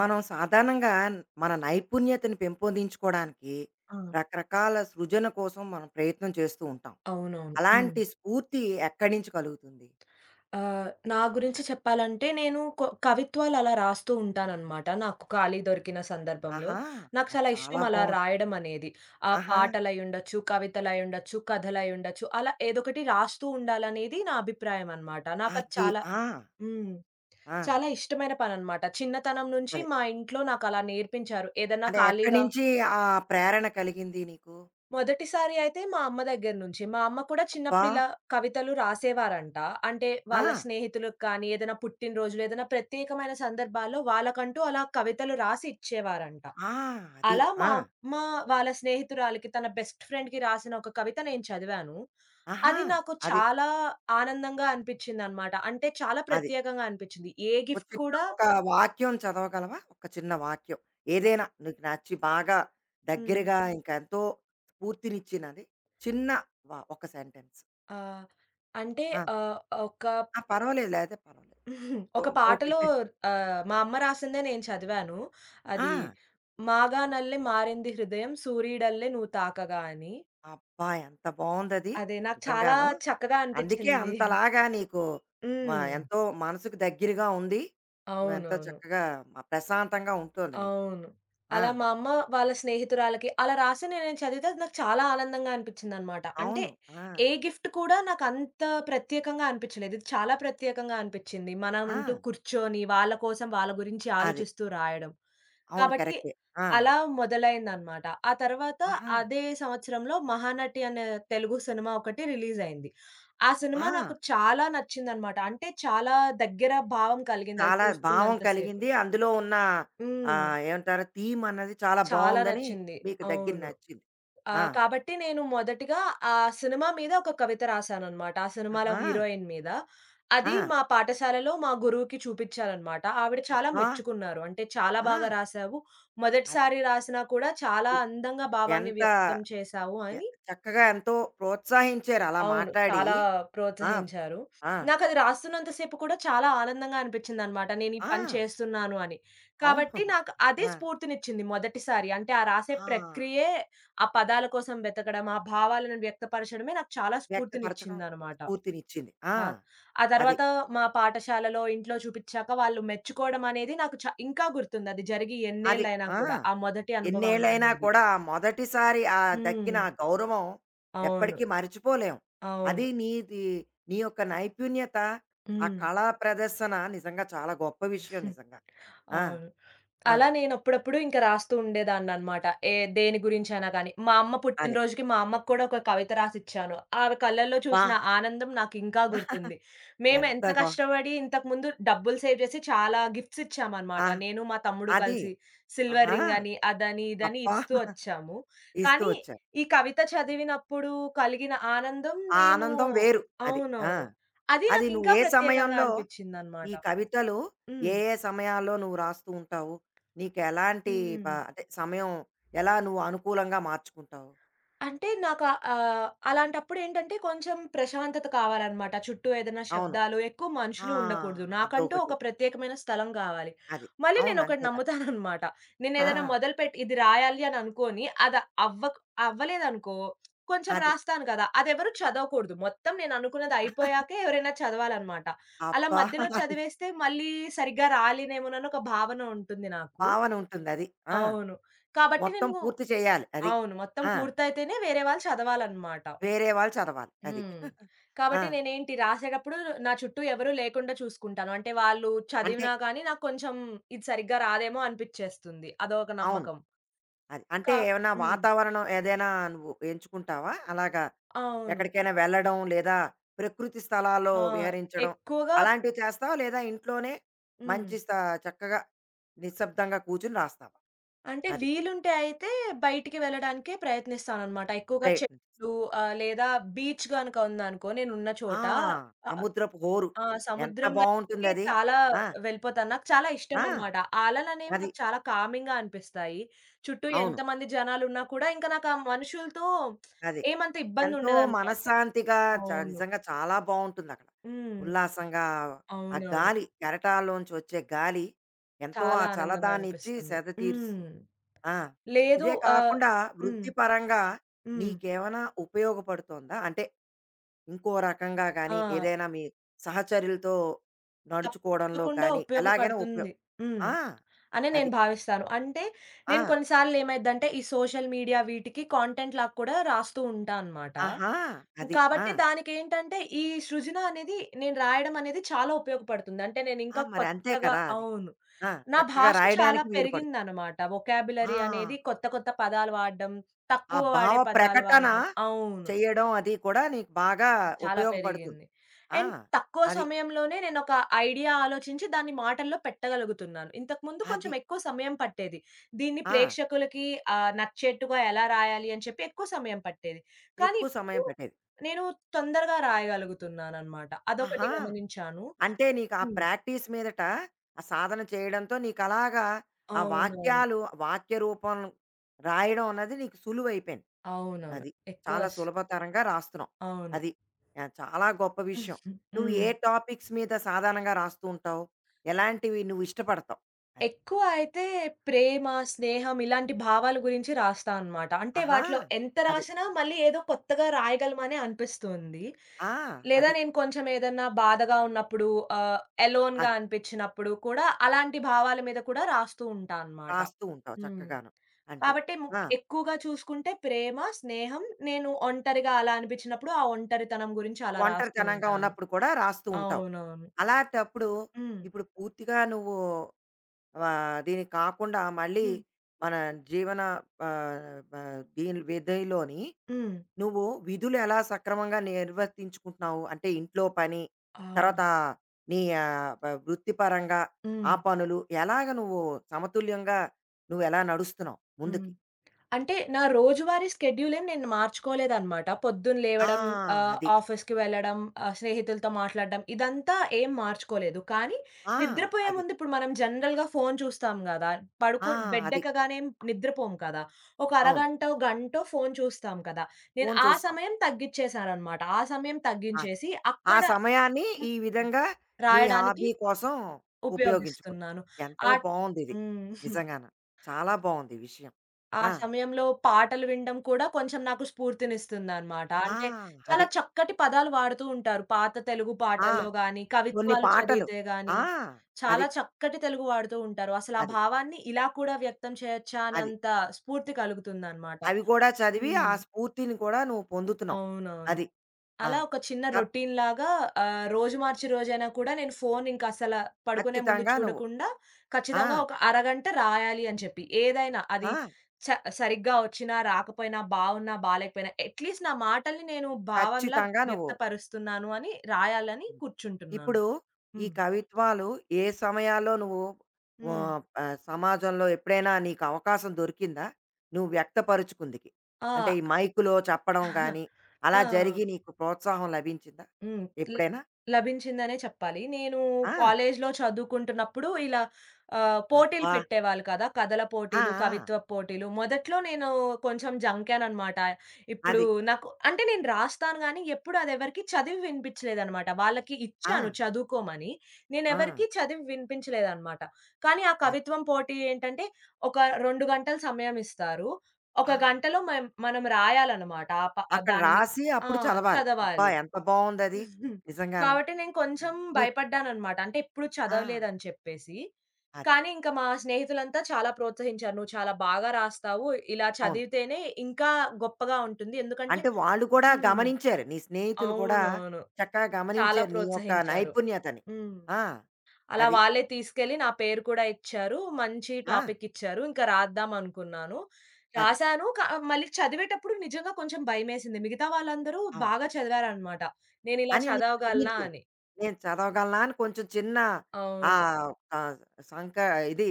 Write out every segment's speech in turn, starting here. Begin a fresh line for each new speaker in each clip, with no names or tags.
మనం సాధారణంగా మన నైపుణ్యతను పెంపొందించుకోవడానికి
ఆ!
రకరకాల సృజన కోసం మనం ప్రయత్నం చేస్తూ ఉంటాం.
అవునవును. హ్మ్.
అలాంటి స్ఫూర్తి ఎక్కడి నుంచి కలుగుతుంది?
నా గురించి చెప్పాలంటే నేను కవిత్వాలు అలా రాస్తూ ఉంటాననమాట. నాకు ఖాళీ దొరికిన సందర్భంలో.
ఆహా!
నాకు
అది
చాలా ఇష్టం
చాలా
అలా
బావుంటుంది.
రాయడం అనేది. ఆ
ఆహా!
పాటలయ్యుండొచ్చు, కవితలయ్యుండొచ్చు, కథలయ్యుండొచ్చు అలా ఏదొకటి రాస్తూ ఉండాలనేది నా అభిప్రాయం అనమాట. నాకది
అది.
చాలా
ఆ!
హ్మ్.
ఆ!
చాలా ఇష్టమైన పననమాట. చిన్నతనం నుంచి
అదే.
మా ఇంట్లో నాకలా నేర్పించారు. ఏదన్నా
అంటే ఎక్కడి
ఖాళీగా
నుంచి ఆ ప్రేరణ కలిగింది నీకు?
మొదటిసారి అయితే మా అమ్మ దగ్గర నుంచి. మా అమ్మ కూడా
అబ్బా!
చిన్నప్పుడు ఇలా కవితలు రాసేవారంట. అంటే
ఆ!
వాళ్ళ స్నేహితులకు కానీ, ఏదైనా పుట్టినరోజులు, ఏదైనా ప్రత్యేకమైన సందర్భాల్లో వాళ్ళకంటూ అలా కవితలు రాసి ఇచ్చేవారంట.
ఆ! అది.
అలా మా
ఆ!
అమ్మ వాళ్ళ స్నేహితురాలికి, తన బెస్ట్ ఫ్రెండ్‌కి రాసిన ఒక కవిత నేను చదివాను.
ఆహా!
అది నాకు
అది.
చాలా ఆనందంగా అనిపించిందనమాట. అంటే చాలా
అది.
ప్రత్యేకంగా అనిపించింది. ఏ
ఒక
గిఫ్ట్
చిన్న
కూడా
ఒక వాక్యం చదవగలవా? ఒక చిన్న వాక్యం. ఏదైనా నీకు నచ్చి బాగా
హ్మ్.
దగ్గరగా ఇంకెంతో స్ఫూర్తినిచ్చినది. చిన్న ఒక సెంటెన్స్.
ఆహ్, అంటే
ఆ!
ఆహ్, ఒక
ఆ! పర్వాలేదు. లేతే పర్వాలేదు. ఓ
ఒక
ఓకే.
పాటలో మా అమ్మ రాసిందే నేను చదివాను. అది
ఆ!
'మాగా నల్లె మారింది హృదయం సూరీడల్లె నువ్వు తాకగా' అని.
అబ్బా! ఎంత బావుందది.
అదే నాకు చాలా
నిజంగాను.
చక్కగా
అందుకే
అనిపిచ్చింది.
అంతలాగా నీకు మ
హ్మ్.
ఎంతో మనసుకు దగ్గరగా ఉంది. నువ్వెంతో
అవునవును.
చక్కగా ప్రశాంతంగా ఉంటోంది నీకు.
అవును.
ఆ!
అలా మా అమ్మ వాళ్ళ స్నేహితురాలకి అలా రాసి నేను చదివితే అది నాకు చాలా ఆనందంగా అనిపించిందనమాట. అంటే
అవును. ఆ!
ఏ గిఫ్ట్ కూడా నాకంత ప్రత్యేకంగా అనిపించలేదు. ఇది చాలా ప్రత్యేకంగా అనిపించింది.
ఆ!
మనమంటూ కూర్చొని వాళ్ళ కోసం వాళ్ళ గురించి
అది.
ఆలోచిస్తూ రాయడం.
అవును.
కాబట్టి
కరెక్టే. ఆ!
అలా మొదలైందనమాట. ఆ తర్వాత
ఆహా!
అదే సంవత్సరంలో 'మహానటి' అనే తెలుగు సినిమా ఒకటి రిలీజయింది. ఆ సినిమా
ఆ!
నాకు చాలా నచ్చిందనమాట. అంటే చాలా దగ్గర భావం కలిగింది అది
చాలా భావం
చూస్తున్నంత సేపు.
కలిగింది. అందులో ఉన్న
హ్మ్.
ఏమంటారు థీమ్ అన్నది చాలా
చాలా
బావుందని
నచ్చింది.
మీకు దగ్గర
అవును.
నచ్చింది. ఆ!
కాబట్టి నేను మొదటిగా ఆ సినిమా మీద ఒక కవిత రాసాననమాట. ఆ సినిమాలో
ఆహా!
హీరోయిన్ మీద. అది
ఆ!
మా పాఠశాలలో మా గురువుకి చూపించాలనమాట. ఆవిడ చాలా
అబ్బా!
మెచ్చుకున్నారు. అంటే "చాలా
ఆ!
బాగా రాసావు.
అది.
మొదటిసారి రాసినా కూడా చాలా
ఎ
అందంగా భావాన్ని
ఎంత
వ్యక్తం చేశావు"
ఎ
అని
చక్కగా ఎంతో ప్రోత్సహించారు అలా
అవును.
మాట్లాడి.
చాలా
ఆ!
ప్రోత్సహించారు.
ఆ!
నాకది రాస్తున్నంత సేపు కూడా చాలా ఆనందంగా అనిపిచ్చిందనమాట. నేను ఈ పని
ఆ!
చేస్తున్నాను అని. కాబట్టి
అవును.
నాకు అదే
ఆ!
స్ఫూర్తినిచ్చింది మొదటిసారి. అంటే ఆ రాసే
ఆ!
ప్రక్రియే, ఆ పదాల కోసం వెతకడం, ఆ భావాలను వ్యక్తపరచడమే నాకు చాలా
వ్యక్తపరచడం
స్ఫూర్తినిచ్చిందనమాట.
స్ఫూర్తినిచ్చింది. ఆ!
ఆహ్, ఆ ఆ
అది.
తర్వాత మా పాఠశాలలో, ఇంట్లో చూపిచ్చాక వాళ్ళు మెచ్చుకోవడం అనేది నాకు ఇంకా గుర్తుంది. అది జరిగి
అది.
ఎన్నేళ్లైనా
ఆ!
కూడా. ఆ మొదటి అనుభవం
ఎన్నేళ్ళైనా
అనేది.
కూడా ఆ మొదటిసారి ఆ దక్కిన
హ్మ్.
ఆ గౌరవం
అవును.
ఎప్పటికీ మర్చిపోలేం. అది
అవును.
నీది నీ యొక్క నైపుణ్యత, ఆ కళా ప్రదర్శన నిజంగా చాలా గొప్ప విషయం
హ్మ్.
నిజంగా. ఆ!
అవును.
ఆ!
అలా నేనప్పుడప్పుడు ఇంక రాస్తూ ఉండేదాన్ననమాట. ఏ దేని గురించైనా గానీ. మా అమ్మ
అదే.
పుట్టినరోజుకి మా అమ్మకు కూడా ఒక కవిత రాసిచ్చాను. ఆమె కళ్ళల్లో
అబ్బా!
చూసిన ఆనందం నాకింకా గుర్తుంది.
ఎంత
మేమెంత
గొ
కష్టపడి ఇంతకుముందు డబ్బులు సేవ్ చేసి చాలా గిఫ్ట్స్ ఇచ్చామనమాట.
ఆ!
నేను మా తమ్ముడు
అది.
కలిసి. సిల్వర్
ఆహా!
రింగ్ అని, అదని, ఇదని
అబ్బా!
ఇస్తూ వచ్చాము.
ఇస్తూ
కానీ
వచ్చారు.
ఈ కవిత చదివినప్పుడు కలిగిన ఆనందం
ఆ
నేను
ఆనందం వేరు. అది. ఆ!
అవునవును. అది
అది నువ్వు
నాకింకా
ఏ
ప్రత్యేకంగా
సమయంలో
అనిపిచ్చిందనమాట.
ఈ కవితలు
హ్మ్.
ఏ ఏ సమయాల్లో నువ్వు రాస్తూ ఉంటావు? నీకెలాంటి
హ్మ్.
అంటే సమయం ఎలా నువ్వు అనుకూలంగా మార్చుకుంటావు?
అంటే నాకా అలాంటప్పుడేంటంటే కొంచెం ప్రశాంతత కావాలనమాట. చుట్టూ ఏదైనా
అవును.
శబ్దాలు, ఎక్కువ
ఆ!
మనుషులు ఉండకూడదు. నాకంటూ ఒక
అదొకటి.
ప్రత్యేకమైన స్థలం కావాలి.
అది.
మళ్ళీ
అవును.
నేనొకటి
అంతే కదా!
నమ్ముతాననమాట.
ఆ!
నేనేదైనా మొదలుపెట్టి ఇది రాయాలి అని అనుకోని అది అవ్వక్ అవ్వలేదనుకో కొంచెం
అది.
రాస్తాను కదా! అదెవరు చదవకూడదు. మొత్తం నేననుకున్నది అయిపోయాకే ఎవరైనా చదవాలనమాట. అలా
అబ్బా!
మధ్యలో చదివేస్తే మళ్ళీ సరిగ్గా రాలేనేమోనని ఒక భావన ఉంటుంది నాకు.
భావన ఉంటుందది. ఆ!
అవును. కాబట్టి నేను
మొత్తం పూర్తి చేయాలి అది.
అవును. మొత్తం
ఆ!
పూర్తయితేనే వేరే వాళ్ళు చదవాలనమాట.
వేరే వాళ్ళు చదవాలి అది.
హ్మ్.
ఆ!
కాబట్టి నేనేంటి రాసేటప్పుడు నా చుట్టూ ఎవరు లేకుండా చూసుకుంటాను. అంటే వాళ్ళు
అంటే
చదివినా గానీ నాకు కొంచెం ఇది సరిగ్గా రాదేమో అనిపిచ్చేస్తుంది. అదొక
అవును.
నమ్మకం.
అది.
క
అంటే ఏమన్నా
హ్మ్.
వాతావరణం ఏదైనా నువ్వు ఎంచుకుంటావా? అలాగా
అవును.
ఎక్కడికైనా వెళ్ళడం లేదా ప్రకృతి స్థలాల్లో
ఆ!
విహరించడం
ఎక్కువగా
అలాంటివి చేస్తావా? లేదా ఇంట్లోనే
హ్మ్.
మంచి స చక్కగా నిశ్శబ్దంగా కూర్చొని రాస్తావా?
అంటే
అది
వీలుంటే అయితే బయటికి వెళ్ళడానికే ప్రయత్నిస్తాననమాట. ఎక్కువగా
ప్రయత్నం.
చెట్లు లేదా బీచ్ గనుక ఉందనుకో నేనున్న
ఆ!
చోట.
సముద్రపు హోరు
ఆ!
ఎంత
సముద్రం దగ్గరికి
బావుంటుందది.
చాలా
ఆ!
వెళ్ళిపోతాను. నాకు చాలా
ఆ!
ఇష్టమనమాట. ఆ అలలనేవి
అది.
నాకు చాలా కామింగ్‌గా అనిపిస్తాయి. చుట్టూ
అవును.
ఎంతమంది జనాలున్నా కూడా ఇంకా నాకు ఆ మనుషులతో
అది.
ఏమంత
ఎంతో
ఇబ్బందుండదనమాట.
మనశ్శాంతిగా
అవును.
నిజంగా చాలా బావుంటుందక్కడ.
హ్మ్.
ఉల్లాసంగా ఆ
అవునవును.
గాలి కెరటాల్లోంచి వచ్చే గాలి ఎంతో ఆ
చాలా ఆనందంగా
చల్లదాన్నిచ్చి
అనిపిస్తుంది.
సేద
హ్మ్.
తీరుస్తుంది. ఆ!
లేదు
ఇదే
ఆహ్,
కాకుండా
హ్మ్.
వృత్తిపరంగా
హ్మ్.
నీకేమైనా ఉపయోగపడుతోందా? అంటే ఇంకో రకంగా
ఆ!
గానీ, ఏదైనా మీ సహచరులతో నడుచుకోవడంలో
తప్పకుండా
కానీ, ఎలాగైనా ఉపయో
ఉపయోగపడుతుంది. హ్మ్.
ఆ!
అని
అది.
నేను భావిస్తాను. అంటే
ఆ!
నేను కొన్ని సార్లు ఏమైద్దంటే ఈ సోషల్ మీడియా వీటికి కాంటెంట్‌లా కూడా రాస్తూ ఉంటా అన్నమాట.
ఆహా! అది. ఆ!
కాబట్టి దానికేంటంటే ఈ సృజన అనేది నేను రాయడం అనేది చాలా ఉపయోగపడుతుంది. అంటే నేను
ఆ!
ఇంకా
మరి అంతే
కొత్తగా
కదా! అది.
అవును.
ఆ!
నా
చక్కగా
భాష చాలా
రాయడానికి వీలు పడుతుంది.
పెరిగిందన్నమాట. వొకాబులరీ
ఆ!
అనేది కొత్త కొత్త పదాలు వాడడం,
ఆ
తక్కువ
భావ
వాడే పదాలు
ప్రకటన
వాడడం. అవును.
చెయ్యడం అది కూడా నీకు బాగా
చాలా
ఉపయోగపడుతుంది.
పెరిగింది.
ఆ!
అండ్ తక్కువ
అది.
సమయంలోనే నేనొక ఐడియా ఆలోచించి దాన్ని మాటల్లో పెట్టగలుగుతున్నాను. ఇంతకుముందు
అది.
కొంచెం ఎక్కువ సమయం పట్టేది. దీన్ని
ఆ!
ప్రేక్షకులకి నచ్చేట్టుగా ఎలా రాయాలి అని చెప్పి ఎక్కువ సమయం పట్టేది. కానీ
ఎక్కువ సమయం
ఇప్పుడు
పట్టేది.
నేను తొందరగా రాయగలుగుతున్నాననమాట. అదొకటి
ఆహా!
గమనించాను.
అంటే నీకు ఆ
హ్మ్.
ప్రాక్టీస్ మీదట ఆ సాధన చేయడంతో నీకలాగా ఆ
అవునవును.
వాక్యాలు, వాక్య రూపం రాయడం అన్నది నీకు సులువైపోయింది.
అవునవును.
అది.
ఎక్కువ
చాలా
స్
సులభతరంగా రాస్తున్నావు.
అవును.
అది. చాలా గొప్ప విషయం. నువ్వు
హ్మ్.
ఏ టాపిక్స్ మీద సాధారణంగా రాస్తూ ఉంటావు? ఎలాంటివి నువ్వు ఇష్టపడతావు? అది.
ఎక్కువ అయితే ప్రేమ, స్నేహం ఇలాంటి భావాల గురించి రాస్తా అనమాట. అంటే
ఆహా!
వాటిలో ఎంత
అది.
రాసినా మళ్ళీ ఏదో కొత్తగా రాయగలమనే అనిపిస్తుంది.
ఆ!
లేదా
అది.
నేను కొంచెం ఏదన్నా బాధగా ఉన్నప్పుడు ఆహ్, ఎలోన్‌గా
అది.
అనిపించినప్పుడు కూడా అలాంటి భావాల మీద కూడా రాస్తూ ఉంటా అనమాట.
రాస్తూ ఉంటావు
హ్మ్.
చక్కగాను. అంతే.
కాబట్టి
ఆ!
ఎక్కువగా చూసుకుంటే ప్రేమ, స్నేహం. నేను ఒంటరిగా అలా అనిపించినప్పుడు ఆ ఒంటరితనం గురించి అలా రాస్తూ
ఒంటరితనంగా
ఉంటాను.
ఉన్నప్పుడు కూడా రాస్తూ ఉంటావు.
అవునవును.
అలాంటప్పుడు
హ్మ్.
ఇప్పుడు పూర్తిగా నువ్వు దీనికి కాకుండా మళ్ళీ
హ్మ్.
మన జీవన ఆహ్, ఆహ్, దీని విధిలోని
హ్మ్.
నువ్వు విధులు ఎలా సక్రమంగా నిర్వర్తించుకుంటున్నావు? అంటే ఇంట్లో పని,
ఆ!
తర్వాత నీ ఆహ్, వ వృత్తిపరంగా ఆ
హ్మ్.
పనులు ఎలాగ నువ్వు సమతుల్యంగా నువ్వెలా నడుస్తున్నావు
హ్మ్.
ముందుకి?
అంటే నా రోజువారీ స్కెడ్యూల్ ఏం నేను మార్చుకోలేదన్నమాట. పొద్దున్న
ఆ!
లేవడం,
అది.
ఆఫీస్‌కి వెళ్ళడం, స్నేహితులతో మాట్లాడడం ఇదంతా ఏం మార్చుకోలేదు. కానీ
ఆ!
నిద్రపోయే
అది.
ముందు ఇప్పుడు మనం జనరల్‌గా ఫోను చూస్తాం గదా!
ఆ!
పడుకో
అది.
బెడ్డెక్కగానే ఏం నిద్రపోము కదా! ఒక
అవును.
అరగంటో, గంటో ఫోను చూస్తాం కదా! నేను
ఫోను
ఆ
చూస్తాం.
సమయం తగ్గిచ్చేసానన్నమాట. ఆ సమయం
అది.
తగ్గించేసి
ఆ
అక్కడ
సమయాన్ని
హ్మ్.
ఈ విధంగా నీ
రాయడానికి
హాబీ కోసం ఉపయోగించుకో.
ఉపయోగిస్తున్నాను.
ఎంతో
ఆట్
బావుందిది.
హ్మ్.
నిజంగాను. చాలా బావుంది ఈ విషయం.
ఆ
ఆ!
సమయంలో పాటలు వినడం కూడా కొంచెం నాకు స్ఫూర్తినిస్తుందనమాట.
ఆ!
అంటే చాలా
అది.
చక్కటి పదాలు వాడుతూ ఉంటారు. పాత తెలుగు
ఆ!
పాటల్లో గాని,
కొన్ని
కవిత్వాలు
పాటలు.
చదివితే గాని,
ఆ! అది.
చాలా చక్కటి తెలుగు వాడుతూ ఉంటారు. అసలు ఆ
అది.
భావాన్ని ఇలా కూడా వ్యక్తం చేయొచ్చా
అది.
అనంత స్ఫూర్తి కలుగుతుందనమాట.
అవి కూడా చదివి ఆ
హ్మ్.
స్ఫూర్తిని కూడా నువ్వు పొందుతున్నావు.
అవునవును.
అది. ఆ!
అలా ఒక చిన్న
క
రొటీన్‌లాగా రోజు మార్చి రోజైనా కూడా నేను ఫోన్ ఇంక పడుకునే ముందు
ఖచ్చితంగా నువ్వు
చూడకుండా ఖచ్చితంగా
ఆ!
ఒక అరగంట రాయాలి అని చెప్పి. ఏదైనా అది
ఆ!
చ సరిగ్గా వచ్చినా, రాకపోయినా, బావున్నా, బాలేకపోయినా అట్‌లీస్ట్ నా మాటల్ని నేను భావంలా
ఖచ్చితంగా నువ్వు
వ్యక్తపరుస్తున్నాను అని రాయాలని
హ్మ్.
కూర్చుంటున్నాను.
ఇప్పుడు ఈ
హ్మ్.
కవిత్వాలు ఏ సమయాల్లో నువ్వు
హ్మ్.
ఆహ్, ఆహ్, సమాజంలో ఎప్పుడైనా నీకు అవకాశం దొరికిందా? నువ్వు వ్యక్తపరుచుకుందుకి?
ఆ!
అంటే ఈ మైక్‌లో చెప్పడం గానీ, అలా
ఆ!
జరిగి నీకు ప్రోత్సాహం లభించిందా
హ్మ్. ల్
ఎప్పుడైనా?
లభించిందనే చెప్పాలి. నేను
ఆ!
కాలేజ్‌లో చదువుకుంటున్నప్పుడు ఇలా పోటీలు
అబ్బా!
పెట్టేవాళ్ళు కదా! కథల
ఆ!
పోటీలు,
ఆ!
కవిత్వ పోటీలు. మొదట్లో నేను కొంచెం జంకాననమాట. ఇప్పుడు
అది.
నాకు అంటే నేను రాస్తాను గానీ, ఎప్పుడు అదెవరికీ చదివి వినిపించలేదనమాట. వాళ్ళకి
ఆ!
ఇచ్చాను చదువుకోమని.
ఆ!
నేనెవరికీ చదివి వినిపించలేదనమాట. కానీ ఆ
అది.
కవిత్వం పోటీ ఏంటంటే, ఒక 2 గంటలు సమయం ఇస్తారు. ఒక
ఆహా!
గంటలో మనం రాయాలనమాట. ఆ ప
అక్కడ
దాని మీ
రాసి
ఆ!
అప్పుడు చదవాలి. అబ్బా!
చదవాలి.
ఎంత బావుందది. నిజంగాను.
కాబట్టి నేను కొంచెం
అది. నీకు
భయపడ్డాననమాట. అంటే ఎప్పుడు
ఆ!
చదవలేదని చెప్పేసి.
అది.
కానీ ఇంక మా స్నేహితులంతా చాలా ప్రోత్సహించారు. "నువ్వు చాలా బాగా రాస్తావు. ఇలా
అవును.
చదివితేనే ఇంకా గొప్పగా ఉంటుంది." ఎందుకంటే
అంటే వాళ్ళు కూడా
హ్మ్.
గమనించారు. నీ స్నేహితులు కూడా
అవునవును.
చక్కగా
చాలా
గమనించారు నీ యొక్క
ప్రోత్సహించారు.
నైపుణ్యతని.
హ్మ్.
ఆ!
అలా
అది.
వాళ్ళే తీసుకెళ్ళి నా పేరు కూడా ఇచ్చారు. మంచి
ఆ!
టాపిక్ ఇచ్చారు. ఇంకా రాద్దాం అనుకున్నాను.
అది.
రాసాను. మళ్ళీ చదివేటప్పుడు నిజంగా కొంచెం భయమేసింది. మిగతా వాళ్ళందరూ
అవును.
బాగా చదివారనమాట. నేనిలా
అని నీకు
చదవగలనా
అనిపించింది.
అని.
నేను చదవగలనా అని కొంచెం చిన్న
అవును.
ఆహ్, ఆహ్, సంక ఇది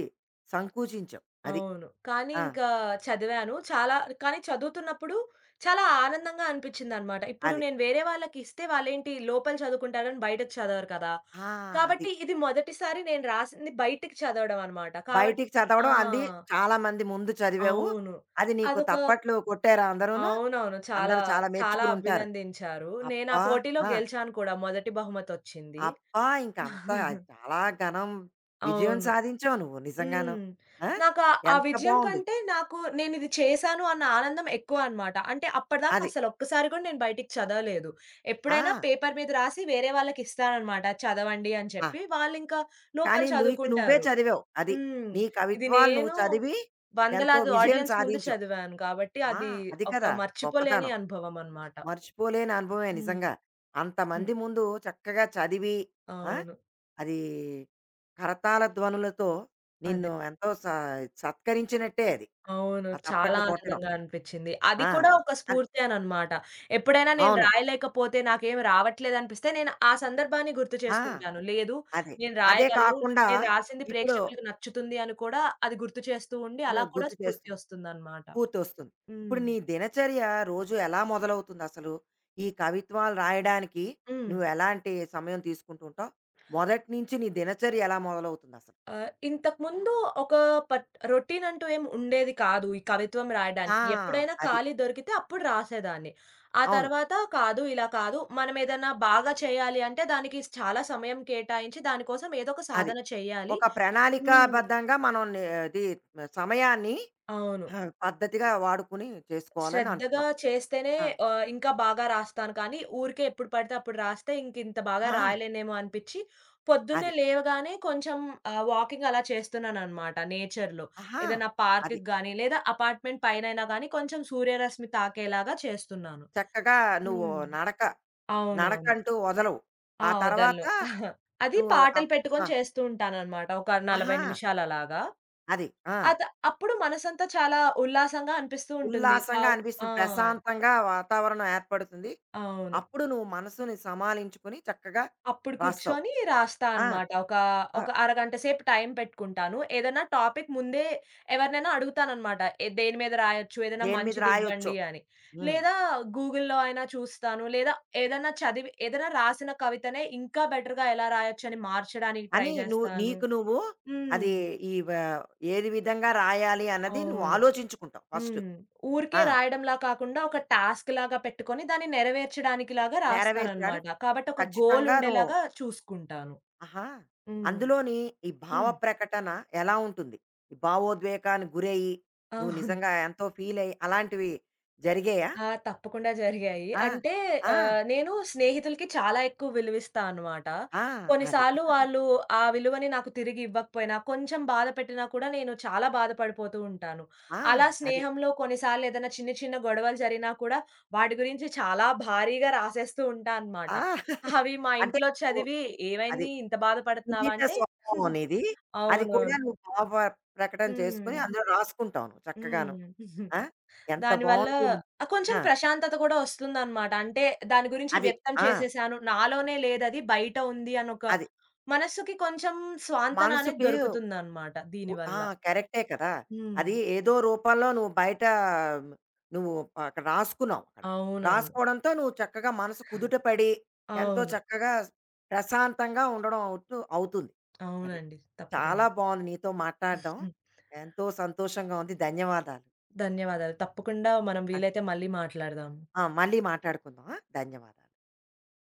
సంకూచించావు. అది.
అవును. కానీ
ఆ!
ఇంకా చదివాను. చాలా కానీ చదువుతున్నప్పుడు చాలా ఆనందంగా అనిపించిందనమాట. ఇప్పుడు
అది.
నేను వేరే వాళ్ళకిస్తే వాళ్ళేంటి లోపల చదువుకుంటారని బయటకి చదవరు కదా!
ఆ! అది.
కాబట్టి ఇది మొదటిసారి నేను రాసింది బయటికి చదవడం అనమాట.
బయటికి
ఆ!
చదవడం అంది చాలా మంది ముందు చదివావు.
అవును.
అది నీకు
అదొక
తప్పట్లు కొట్టారా అందరూను?
అవునవును. చాలా,
అందరూ చాలా
చాలా
మెచ్చుకుని ఉంటారు.
అభినందించారు. నేనా
అబ్బా!
పోటీలో
ఆ!
గెలిచాను కూడా మొదటి బహుమతొచ్చింది.
అబ్బా! ఇంకంతా అది చాలా ఘనం విజయం
అవును.
సాధించావు నువ్వు నిజంగాను.
హ్మ్.
ఆ!
నాకా ఆ ఆ
ఎంత
విజయం
బావుంది.
కంటే నాకు నేనిది చేశాను అన్న ఆనందం ఎక్కువనమాట. అంటే అప్పటిదాకా
అది.
అసలొక్కసారి కూడా నేను బయటికి చదవలేదు.
ఆ!
ఎప్పుడైనా పేపర్ మీద రాసి వేరే వాళ్ళకిస్తాననమాట. చదవండి అని
ఆ!
చెప్పి. వాళ్ళింకా లోపల
కానీ నీకు నువ్వే
చదువుకుంటారు.
చదివావు. అది.
హ్మ్.
నీ
ఇది
కవిత్వాలు నువ్వు
నేను
చదివి ఎంతో
వందలాది
విజయం
ఆడియన్స్ ముందు
సాధించావు.
చదివాను కాబట్టి
ఆ!
అది
అది
ఒక
కదా!
మర్చిపోలేని
గొప్పతనం.
అనుభవం అనమాట.
మర్చిపోలేని అనుభవమే
హ్మ్.
నిజంగా. అంతమంది ముందు చక్కగా చదివి ఆ!
అవును.
అది కరతాళ ధ్వనులతో
అది.
నిన్ను ఎంతో సత్కరించినట్టే అది.
అవును.
ఆ
చాలా
తప్పట్లు కొట్టడం.
ఆనందంగా అనిపిచ్చింది. అది
ఆ!
కూడా ఒక
అది.
స్ఫూర్తి అననమాట. ఎప్పుడైనా నేను
అవును.
రాయలేకపోతే, నాకేమి రావట్లేదనిపిస్తే, నేను ఆ సందర్భాన్ని గుర్తు
ఆ!
చేసుకుంటాను. లేదు
అదే.
నేను
అదే
రాయగలను,
కాకుండా
నేను రాసింది
ఇప్పుడు
ప్రేక్షకులకి నచ్చుతుంది అని కూడా అది గుర్తు చేస్తూ ఉండి,
ను
అలా కూడా
గుర్తు చేస్తు
స్ఫూర్తి ఒస్తుందనమాట.
పూర్తొస్తుంది.
హ్మ్.
ఇప్పుడు నీ దినచర్య రోజు ఎలా మొదలవుతుందసలు? ఈ కవిత్వాలు రాయడానికి
హ్మ్.
నువ్వు ఎలాంటి సమయం తీసుకుంటూ ఉంటావు? మొదటి నుంచి నీ దినచర్య ఎలా మొదలవుతుందసలు?
ఇంతకుముందు ఒక పట్ రొటీన్ అంటూ ఏమి ఉండేది కాదు. ఈ కవిత్వం
ఆ!
రాయడానికి. ఎప్పుడైనా
అది.
ఖాళీ దొరికితే అప్పుడు రాసేదాన్ని. ఆ
అవును.
తర్వాత కాదు, ఇలా కాదు. మనం ఏదన్నా బాగా చేయాలి అంటే దానికి చాలా సమయం కేటాయించి దానికోసం ఏదో ఒక
అది.
సాధన చేయాలి.
ఒక
హ్మ్.
ప్రణాళికాబద్ధంగా మనం ని అది సమయాన్ని
అవును.
పద్ధతిగా వాడుకుని చేసుకోవాలని
శ్రద్ధగా
అంటున్నావు.
చేస్తేనే
ఆ!
ఇంకా బాగా రాస్తాను కానీ, ఊరికే ఎప్పుడు పడితే అప్పుడు రాస్తే ఇంకింత బాగా
ఆ!
రాయలేనేమో అనిపిచ్చి, పొద్దున్నే
అది.
లేవగానే కొంచెం వాకింగ్ అలా చేస్తున్నాననమాట నేచర్‌లో.
ఆహా!
ఏదైనా పార్క్‌కి
అది.
గానీ, లేదా అపార్ట్‌మెంట్ పైనైనా గానీ, కొంచెం సూర్యరశ్మి తాకేలాగా చేస్తున్నాను.
చక్కగా నువ్వు
హ్మ్.
నడక,
అవునవును.
నడకంటూ వదలవు.
ఆ!
ఆ తర్వాత
వదలను. అది
నువ్వు
పాటలు
అప్
పెట్టుకొని
ఆ!
చేస్తూ ఉంటాననమాట. ఒక 40
ఆహా!
నిమిషాలలాగా.
అది. ఆ!
అత అప్పుడు మనసంతా చాలా ఉల్లాసంగా అనిపిస్తూ ఉంటుంది.
ఉల్లాసంగా
ఆ!
అనిపిస్తుంది. ప్రశాంతంగా వాతావరణం ఏర్పడుతుంది.
అవును.
అప్పుడు నువ్వు మనసుని సమాలించుకొని చక్కగా
అప్పుడు
రాస్తావు.
కూర్చొని రాస్తా
ఆ!
అనమాట. ఒక,
ఆ!
ఒక అరగంట సేపు టైం పెట్టుకుంటాను. ఏదైనా టాపిక్ ముందే ఎవరినైనా అడుగుతాననమాట. దేని మీద రాయొచ్చు? ఏదైనా
దేని మీద రాయొచ్చో.
మంచిదివ్వండి అని.
హ్మ్.
లేదా గూగుల్‌లో అయినా చూస్తాను. లేదా ఏదైనా చదివి ఏదైనా రాసిన కవితనే ఇంకా బెటర్‌గా ఎలా రాయొచ్చని మార్చడానికి ట్రై
అని నువ్వు
జేస్తాను.
నీకు నువ్వు
హ్మ్.
అది ఈ వ ఏది విధంగా రాయాలి అన్నది నువ్వు
అవును.
ఆలోచించుకుంటావు ఫస్టు.
హ్మ్. ఊరికే
ఆ!
రాయడంలా కాకుండా ఒక టాస్క్‌లాగా పెట్టుకొని దాన్ని నెరవేర్చడానికిలాగా
నెరవేర్చాలి
రాస్తాననమాట. కాబట్టి ఒక గోల్
ఖచ్చితంగా నువ్వు
ఉండేలాగా చూసుకుంటాను.
ఆహా!
హ్మ్.
అందులోని ఈ భావ
హ్మ్.
ప్రకటన ఎలా ఉంటుంది? ఈ భావోద్వేగానికి గురయ్యి, నువ్వు
అవును.
నిజంగా ఎంతో ఫీలయ్యి అలాంటివి జరిగాయా?
ఆ! తప్పకుండా జరిగాయి.
ఆ!
అంటే
ఆ!
నేను స్నేహితులకి చాలా ఎక్కువ విలువిస్తా అనమాట.
ఆ! అది.
కొన్నిసార్లు వాళ్ళు ఆ విలువని నాకు తిరిగి ఇవ్వకపోయినా, కొంచెం బాధ పెట్టినా కూడా నేను చాలా బాధపడిపోతూ ఉంటాను.
ఆ!
అలా
అది.
స్నేహంలో కొన్నిసార్లు ఏదైనా చిన్న చిన్న గొడవలు జరిగినా కూడా వాటి గురించి చాలా భారీగా రాసేస్తూ ఉంటా అనమాట.
ఆ!
అవి మా
అంటే
ఇంట్లో
నువ్వు
చదివి
అది
"ఏమైంది ఇంత బాధపడుతున్నావా?"
సున్నిత
అంటే
స్వభావం నీది. అది
అవునవును.
కూడా నువ్వు భావ ప్రకటన చేసుకొని
హ్మ్.
అందులో రాసుకుంటావు నువ్వు చక్కగాను.
హ్మ్.
ఆ! ఎంత
దానివల్ల
బావుంది.
కొంచెం
ఆ!
ప్రశాంతత కూడా వస్తుందనమాట. అంటే దాని గురించి
అది.
వ్యక్తం
ఆ!
చేసేసాను. నాలోనే లేదది బయట ఉంది అనొక
అది.
మనస్సుకి కొంచెం స్వాంతన అనేది
మనసుకి
దొరుకుతుందనమాట
ఉ ఆ!
దీనివల్ల.
కరెక్టే కదా!
హ్మ్.
అది ఏదో రూపంలో నువ్వు బయట మ్, నువ్వు అక్కడ రాసుకున్నావు అక్కడ.
అవునవును.
రాసుకోవడంతో నువ్వు చక్కగా మనసు
అవును.
కుదుటపడి, ఎంతో
అవును.
చక్కగా ప్రశాంతంగా ఉండడం అవుతూ అవుతుంది. అది.
అవునండి.
చాలా
తప్పకుండా.
బావుంది నీతో మాట్లాడడం.
హ్మ్.
ఎంతో సంతోషంగా ఉంది. ధన్యవాదాలు.
ధన్యవాదాలు. తప్పకుండా మనం వీలైతే మళ్ళీ మాట్లాడదాం.
ఆ! మళ్ళీ మాట్లాడుకుందాం. ఆ! ధన్యవాదాలు.